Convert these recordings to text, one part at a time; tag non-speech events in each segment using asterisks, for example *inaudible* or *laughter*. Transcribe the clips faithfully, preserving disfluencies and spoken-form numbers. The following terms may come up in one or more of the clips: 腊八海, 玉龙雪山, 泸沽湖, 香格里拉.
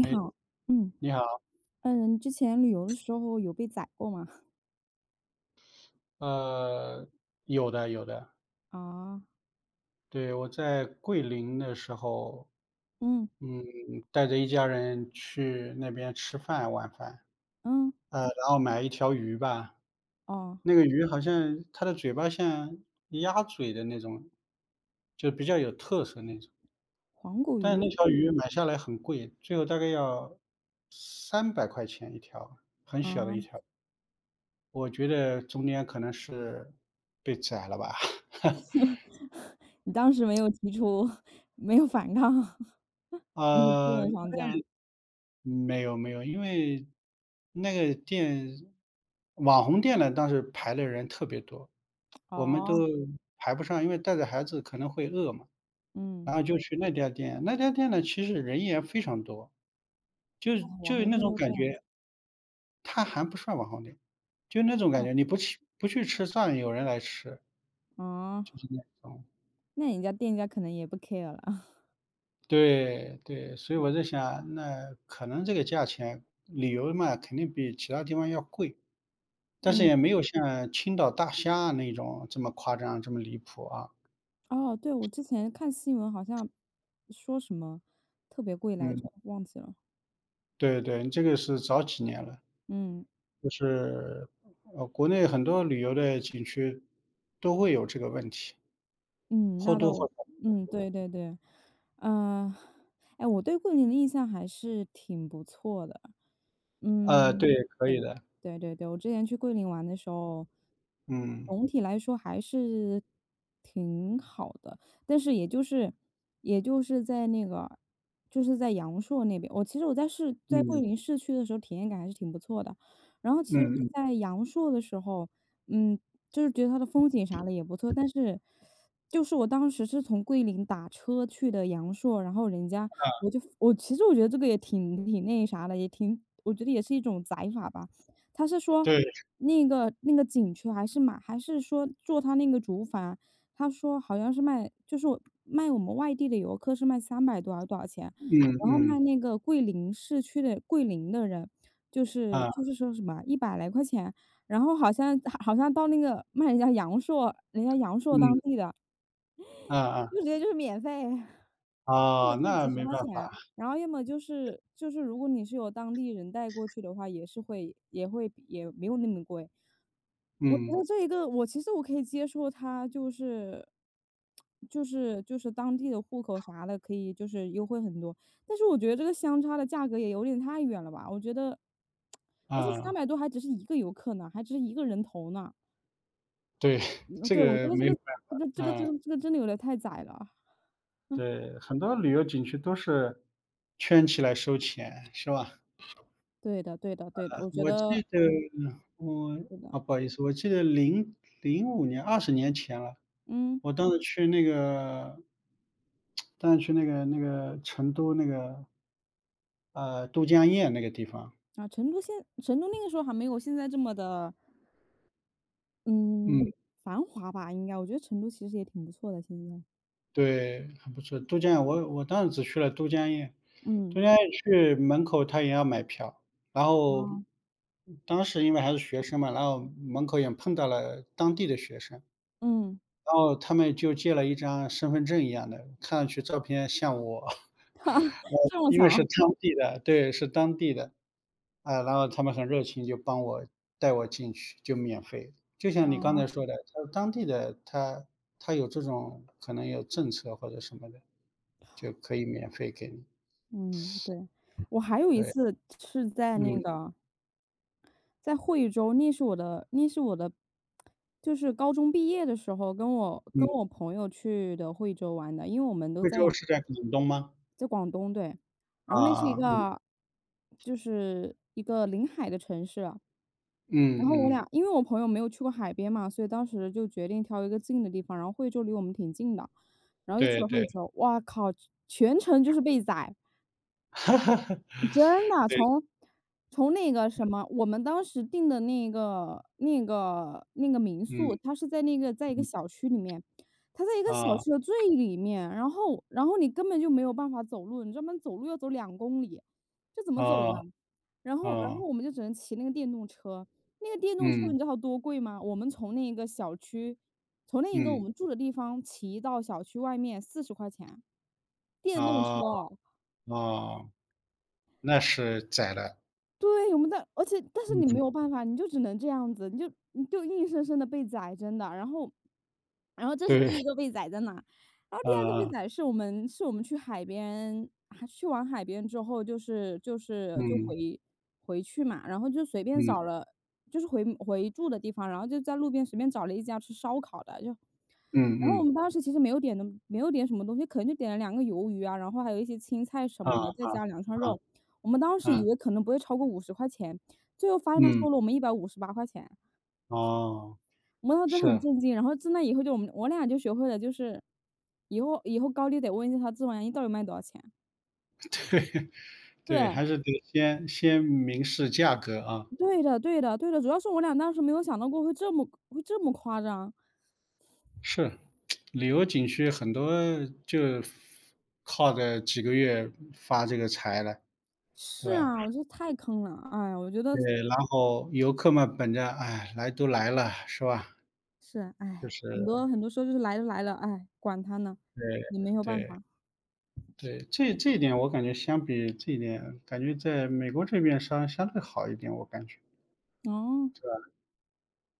你哎，好。嗯。你好，嗯，你之前旅游的时候有被宰过吗？呃，有的有的。啊。对，我在桂林的时候，嗯嗯，带着一家人去那边吃饭，晚饭，嗯。呃，然后买一条鱼吧。哦，那个鱼好像它的嘴巴像鸭嘴的那种，就比较有特色那种。黄骨但是那鱼？条鱼买下来很贵，最后大概要三百块钱一条，很小的啊，一条，我觉得中间可能是被宰了吧。*laughs* 你当时没有提出，*laughs* 没有反抗，*laughs* 你是真呃，的想讲？没有没有，因为那个店网红店呢，当时排的人特别多，我们都哦。排不上，因为带着孩子可能会饿嘛，嗯。然后就去那家店。那家店呢，其实人也非常多，就哎，是网就是红那店种都这感样，觉。它还不算网红店，就那种这感样。觉，你不去不去吃，算样有人来吃，哦，就是那种。那人家店家可能也不 care 了，*laughs* 对对，所以我在想，那可能这个价钱，旅游嘛，肯定比其他地方要贵。但是嗯。也没有像青岛大虾那种这么夸张，这么离谱啊。哦，对，我之前看新闻好像说什么特别贵来嗯，着，忘记了。对对，这个是早几年了，嗯。就是呃，国内很多旅游的景区都会有这个问题，嗯，或那倒多或我。少。嗯，对对对。呃，哎，我对桂林的印象还是挺不错的。呃，嗯。对，可以的。对对对，我之前去桂林玩的时候，嗯总体来说还是挺好的，但是也就是也就是在那个就是在阳朔那边，我其实我在市在桂嗯林市区的时候体验感还是挺不错的，然后其实嗯也嗯，在阳朔的时候，嗯，就是觉得它的风景啥的也不错，但是就是我当时是从桂林打车去的阳朔，然后人家我就我其实我觉得这个也挺挺那啥的，也挺我觉得也是一种宰法吧。他是说对，那个那个景区还是买还是说做他那个竹筏，他说好像是卖就是我卖我们外地的游客是卖三百多还是多少钱，嗯然后卖嗯，那个桂林市区的桂林的人，就是啊，就是说什么一百来块钱，然后好像好像到那个卖人家阳朔人家阳朔当嗯，地的，啊啊，就直接就是免费，或者啊，就是几那十没块办钱法。啊。然后要么就是就是如果你是有当地人带过去的话，也是会也会也没有那么贵。我觉嗯，得这一个我其实我可以接受它就是就是就是当地的户口啥的，可以就是优惠很多。但是我觉得这个相差的价格也有点太远了吧，我觉得而且三啊，百多还只是一个游客呢，还只是一个人头呢。对，*laughs* 嗯，这对，我觉个得这没有个办这法。个这个这啊，个这个真的有点太窄了。对，很多旅游景区都是圈起来收钱，是吧？对的对的对的，我觉我记得得我对的。啊，不好意思，我记得零零五年，二十年前了。嗯。我当时去那个，当时去那个那个成都那个，呃，都江堰那个地方。啊，成都现成都那个时候还没有现在这么的，嗯，嗯，繁华吧，应该。我觉得成都其实也挺不错的，现在。对，很不错。都江堰我我当时只去了都江堰，嗯。都江堰去门口他也要买票，然后哦。当时因为还是学生嘛，然后门口也碰到了当地的学生。嗯。然后他们就借了一张身份证一样的，看上去照片像我。*laughs* 呃，这么因为巧。是 *laughs* 当地的，对，是当地的，啊，然后他们很热情，就帮我带我进去，就免费。就像你刚啊。才说的，他当地的他他有这种可能有政策或者什么的，就可以免费给你。嗯，对。我还有一对，次是在那嗯个在惠州，那是我的那是我的就是高中毕业的时候，跟我跟嗯，我朋友去的惠州玩的，因为我们都贵在州是在广东吗？在广东，对。然后那是一啊，嗯个就是一个临海的城市啊，嗯然后我嗯，俩因为我朋友没有去过海边嘛，所以当时就决定挑一个近的地方，然后惠州离我们挺近的，然后就去对了惠对，州。哇靠，全程就是被宰。*laughs* 真的，对，从从那个什么，我们当时订的那个那个那个民嗯宿，它是在那个在一个嗯，小区里面，它在一个小啊，区的最里面，然后然后你根本就没有办法走路，你知道吗？走路要走两公里，这怎么走啊呢？然后然后啊。我们就只能骑那个电动车，那个电动车嗯，你知道多贵吗？我们从那个小区，从那一个我嗯，们住的地方骑到小区外面四十块钱，电动车哦，哦。哦，那是窄了，对，我们在而且但是你没嗯，有办法，你就只能这样子，你就你就硬生生的被宰，真的。然后然后这是第一对，个被宰在哪，然后第二个被嗯宰是我们是我们去海边还去完海边之后，就是就是就嗯回回去嘛，然后就随便找嗯了就是回回住的地方，然后就在路边随便找了一家吃烧烤的，就嗯然后我嗯，们当时其实没有点的没有点什么东西，可能就点了两个鱿鱼啊，然后还有一些青菜什啊么的，再加两串啊肉。我们当时以啊，为可能不会超过五十块钱，最后发现他嗯，收了我们一百五十八块钱，哦，我们当时真的很是，震惊。然后自那以后就我们我俩就学会了，就是以后以后高低得问一下他自还原液到底卖多少钱。*laughs* 对，对，对，还是得先先明示价格啊，对的对的对的，主要是我俩当时没有想到过会这么会这么夸张。是，旅游景区很多就靠着几个月发这个财了，对是吧？啊，我觉得太坑了，哎，我觉得对，然后游客们本着，哎，来都来了，是吧？是，就哎，是很多很多时候就是来都来了，哎，管他呢，对也没有办对。法。对，这这一点我感觉，相比这一点，感觉在美国这边相相对好一点，我感觉。哦。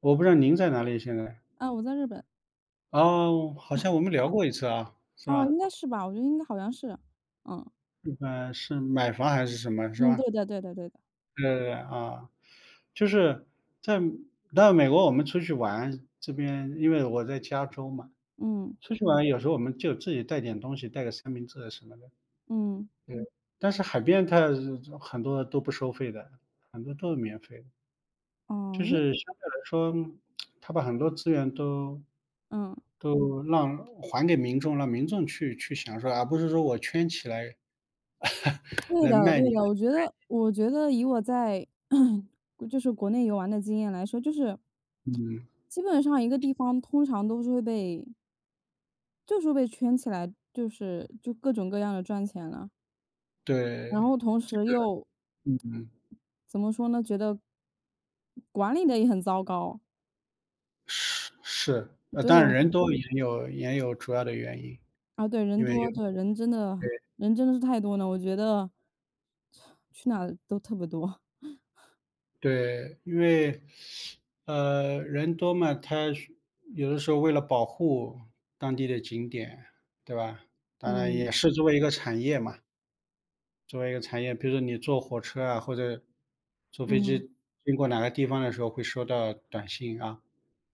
我不知道您在哪里现在？啊，我在日本。哦，好像我们聊过一次啊，是哦，吧？应该是吧，我觉得应该好像是。嗯。嗯，是买房还是什么，是嗯，吧？对的对的对的。对对对，啊，就是在到美国我们出去玩，这边因为我在加州嘛，嗯。出去玩有时候我们就自己带点东西，带个三明治什么的，嗯。对。但是海边它很多都不收费的，很多都是免费的。哦，就那。是相对来说，他把很多资源都嗯，都让还给民众，让民众去去享受，而不是说我圈起来对来的卖对你。的，我觉得我觉得以我在 *clears throat* 就是国内游玩的经验来说，就是嗯，基本上一个地方通常都是会被就是会被圈起来，就是就各种各样的赚钱了。然对，后同时又嗯，怎么说呢，觉得管理的也很糟糕。是是，呃，对，当然我觉人多也有也有主要的原因，啊，对，人因为多，有对，人真的对人真的是太多了，我觉得去哪儿都特别多。对，因为，呃，人多嘛，他是有的时候为了保护当地的景点，对吧？当然也嗯。是作为一个产业嘛。作为一个产业，比如说你坐火车啊，或者坐飞嗯。机经过哪个地方的时候，会收到短信啊，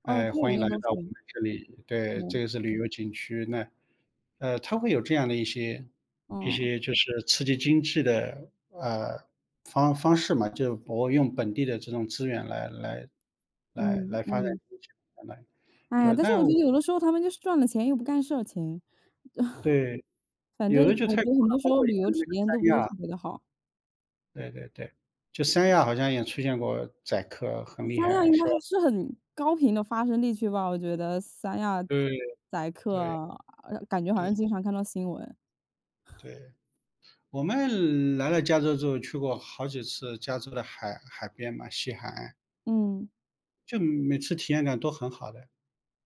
哦，哎，对，欢迎那来都是。到我们这里，对，对。这个是旅游景区。那，呃，它会有这样的一些一嗯。些就是刺激经济的呃方方式嘛，就我用本地的这种资源来来来嗯。来发展嗯。经济，来哎对呀，吧？但是但我觉我得有的时候他们就是赚了钱又不干事情，对，反正有的就我太觉得过很多了，时包候括以旅游前的体那个验三都不是特亚。别的好。对对对，就三亚好像也出现过宰客，很厉三亚害，应该是吧？是很高频的发生地区吧，我觉得三亚对宰客，对呃感觉好对像经常看到新闻。对，我们来了加州之后去过好几次加州的海海边嘛，西海岸，嗯。就每次体验感都很好的。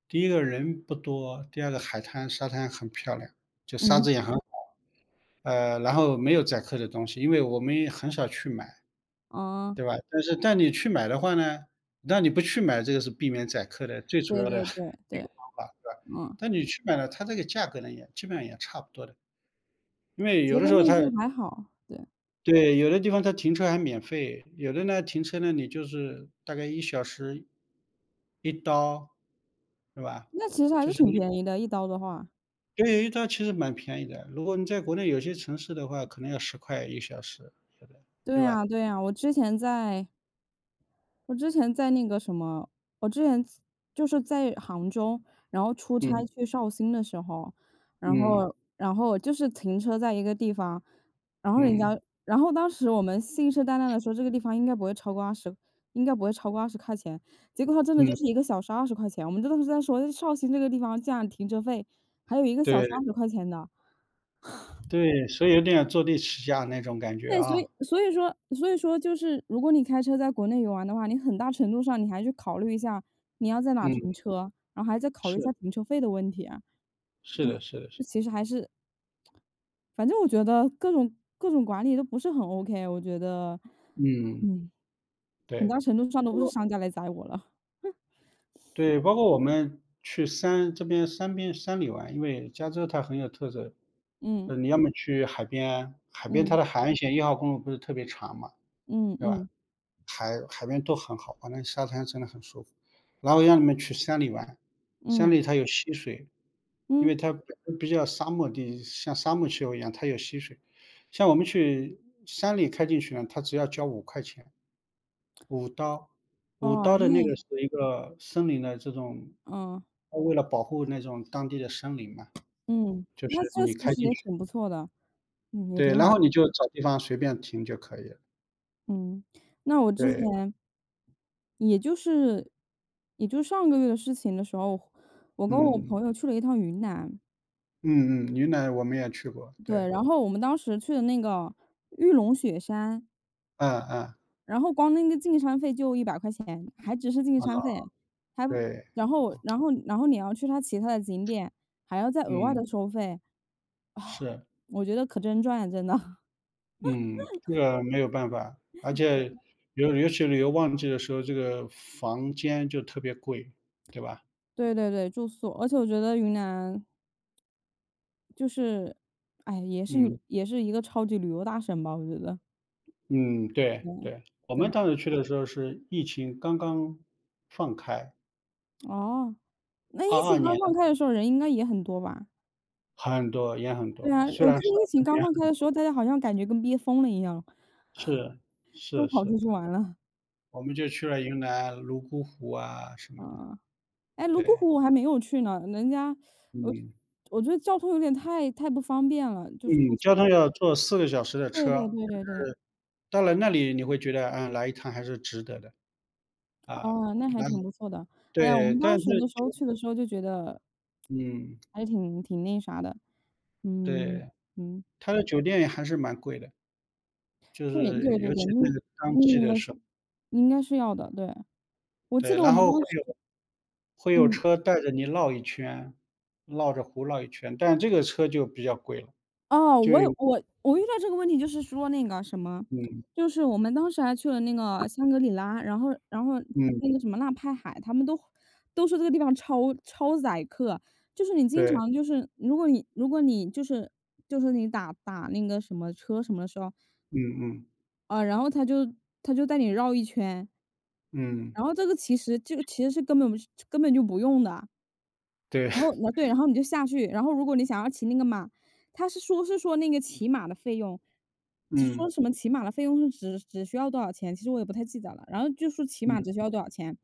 第一个人不多，第二个海滩沙滩很漂亮，就沙嗯。子也很好，呃，然后没有宰客的东西，因为我们很少去买，啊，对吧？但是但你去买的话呢，那你不去买，这个是避免宰客的最主要对的 对对 *laughs* 一对。个方法。嗯，但你去买了，它这个价格呢也基本上也差不多的，因我为觉有的得时候那它就还好，对，对，有的地方它停车还免费，有的呢停车呢你就是大概一小时一刀，对吧？那其实还就是是挺便宜的，一刀的话。对，一刀其实蛮便宜的，如果你在国内有些城市的话，可能要十块一小时，有的，对对吧？呀对呀，我之前在我之前在那个什么，我之前就是在杭州，然后出差嗯，去绍兴的时候，然嗯，后然后就是停车在一个地方，然后人嗯，家，然后当时我们信誓旦旦的说这个地方应该不会超过二十，应该不会超过二十块钱，结果他真的就嗯，是一个小时二十块钱，我们这都是在说绍兴这个地方竟然停车费还有一个小对，时二十块钱的。对，所以有点坐地起价那种感觉对，所以啊，所以说所以说就是如果你开车在国内游玩的话，你很大程度上你还去考虑一下你要在哪嗯，停车，然后还在考虑一下是，停车费的问题啊，是的，是的，是这的，其实还是反正我觉得各种各种管理都不是很 OK，我觉得。嗯，嗯。很对。大程度上都不是商家来宰我了。对，包括我们去山这边山边山里玩，因为加州它很有特色。嗯。呃，你要么去海边，海边嗯。它的海岸线一号公路不是特别长嘛，嗯对吧？嗯海海边都很好，玩那沙滩真的很舒服。然后让你们去山里玩，山嗯里它有溪水，因嗯。为它本身比较沙漠地，像沙漠气候一样，它有溪水。像我们去山里开进去呢，它只要交五块钱。五刀，五哦，刀的那那。个是一个森林的这种嗯。它为了保护那种当地的森林嘛，嗯，就那是这你其开实进也去挺不错的，嗯，也对，挺然好后的。你就找地方随便停就可以了。嗯，那我之对，前也就是也就上个月的事情的时候，我跟我嗯，朋友去了一趟云南，嗯嗯，云南我们也去过，对，对，然后我们当时去的那个玉龙雪山，嗯嗯，然后光那个进山费就一百块钱，还只是进啊，山费，还不对，然后然后然后你要去他其他的景点，还要再额外嗯，的收费。啊。是，我觉得可真赚啊，真的。*laughs* 嗯，这个没有办法，而且尤尤其旅游旺季的时候，这个房间就特别贵，对吧？对，对对，住宿，而且我觉得云南就是，哎，也是有嗯。也是一个超级旅游大省吧，我觉得。嗯，对嗯。对，我对。们当时去的时候是疫情刚刚放开，哦，那二疫二情刚年放开的时候人应该也很多吧？很多也很对多，啊，虽我然记得少，疫情但刚也放开很的时候，大家好像感觉跟憋疯了一样，是都是跑是，出去玩了。我们就去了云南泸沽湖啊什么的。啊，哎，泸沽对，湖我还没有去呢，人家我嗯我觉得交通有点太太不方便了，就是过嗯，去交通要坐四个小时的对对车，对对对。到了那里你会觉得，嗯，来一趟还是值得的，啊，哦，那还然后挺不错的。哎呀，我对，们当但是时的时候去的时候就觉得嗯，还是挺挺那啥的。嗯。对，嗯。它的酒店还是蛮贵的，就对是对对尤对，其那那个当季那的个时候，应该是要的，对。我记对，得我然们后会当时。有会有嗯。车带着你绕一圈，绕着湖绕一圈，但这个车就比较贵了，哦，就我也我我遇到这个问题就是说那个什么，嗯，就是我们当时还去了那个香格里拉，然后然后嗯，那个什么腊八海，他们都都说这个地方超超宰客，就是你经对，常就是如果你如果你就是就是你打打那个什么车什么的时候嗯嗯，啊，然后他就他就带你绕一圈。嗯，然后这个其实这个其实是根本不是根本就不用的。对，然后呃 *laughs* 对，然后你就下去，然后如果你想要骑那个马，他是说是说那个骑马的费用，就说嗯，什么骑马的费用是只只需要多少钱，其实我也不太记得了。然后就说骑马只需嗯，要多少钱，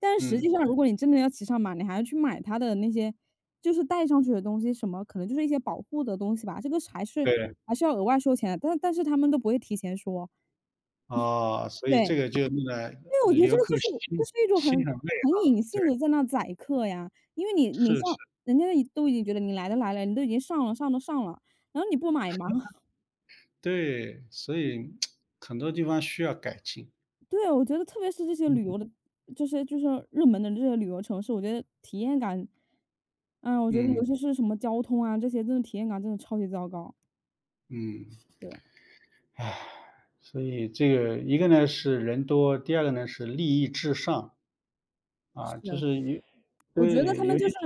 但是实嗯，际上如果你真的要骑上马，你还要去买它的那些就是带上去的东西，什么可能就是一些保护的东西吧，这个是还是对，还是要额外收钱的，但但是他们都不会提前说，哦，所以对。这个就弄得对，我觉得这游个就客是就心是一种很心很累很啊，隐对，性的在那宰客呀，因为你你是上是，人家已都已经觉得你来都来了，你都已经上了上都上了，然后你不买吗？*laughs* 对，所以很多地方需要改进，对，我觉得特别是这些旅游的，就是就是热门的这些旅游城市，我觉得体验感，哎，我觉得尤嗯其是什么交通啊，这些真的体验感真的超级糟糕。嗯，对，唉，所以这个一个呢是人多，第二个呢是利益至上。是啊，就的，是有我觉得对，他们有就是些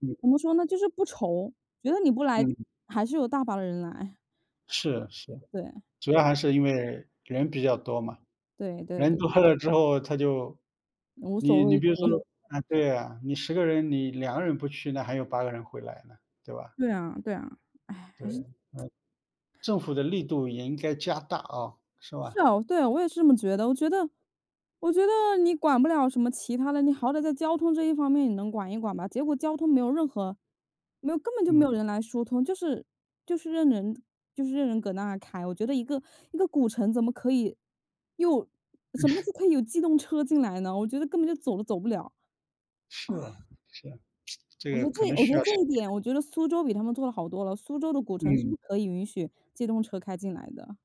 嗯怎么说呢，就是不愁，觉得你不来嗯，还是有大把的人来。是是，对，主要还是因为人比较多嘛，对对人对，多了之后他就无所你你畏惧。比如说啊，对啊，你十个人，你两个人不去，那还有八个人会来呢，对吧？对啊，对啊，哎，还是对，政府的力度也应该加大啊，是是吧？啊，对啊，我也是这么觉得。我觉得我觉得你管不了什么其他的，你好歹在交通这一方面你能管一管吧。结果交通没有任何没有根本就没嗯，有人来疏通，就是就是任人就是任人搁那儿开。我觉得一个一个古城怎么可以又什么时候可以有机动车进来呢？我觉得根本就走都走不了。是，是，这我个说这可能我觉需得要这时一点，我觉得苏州比他们做的好多了。苏州的古城是不嗯。可以允许机动车开进来的。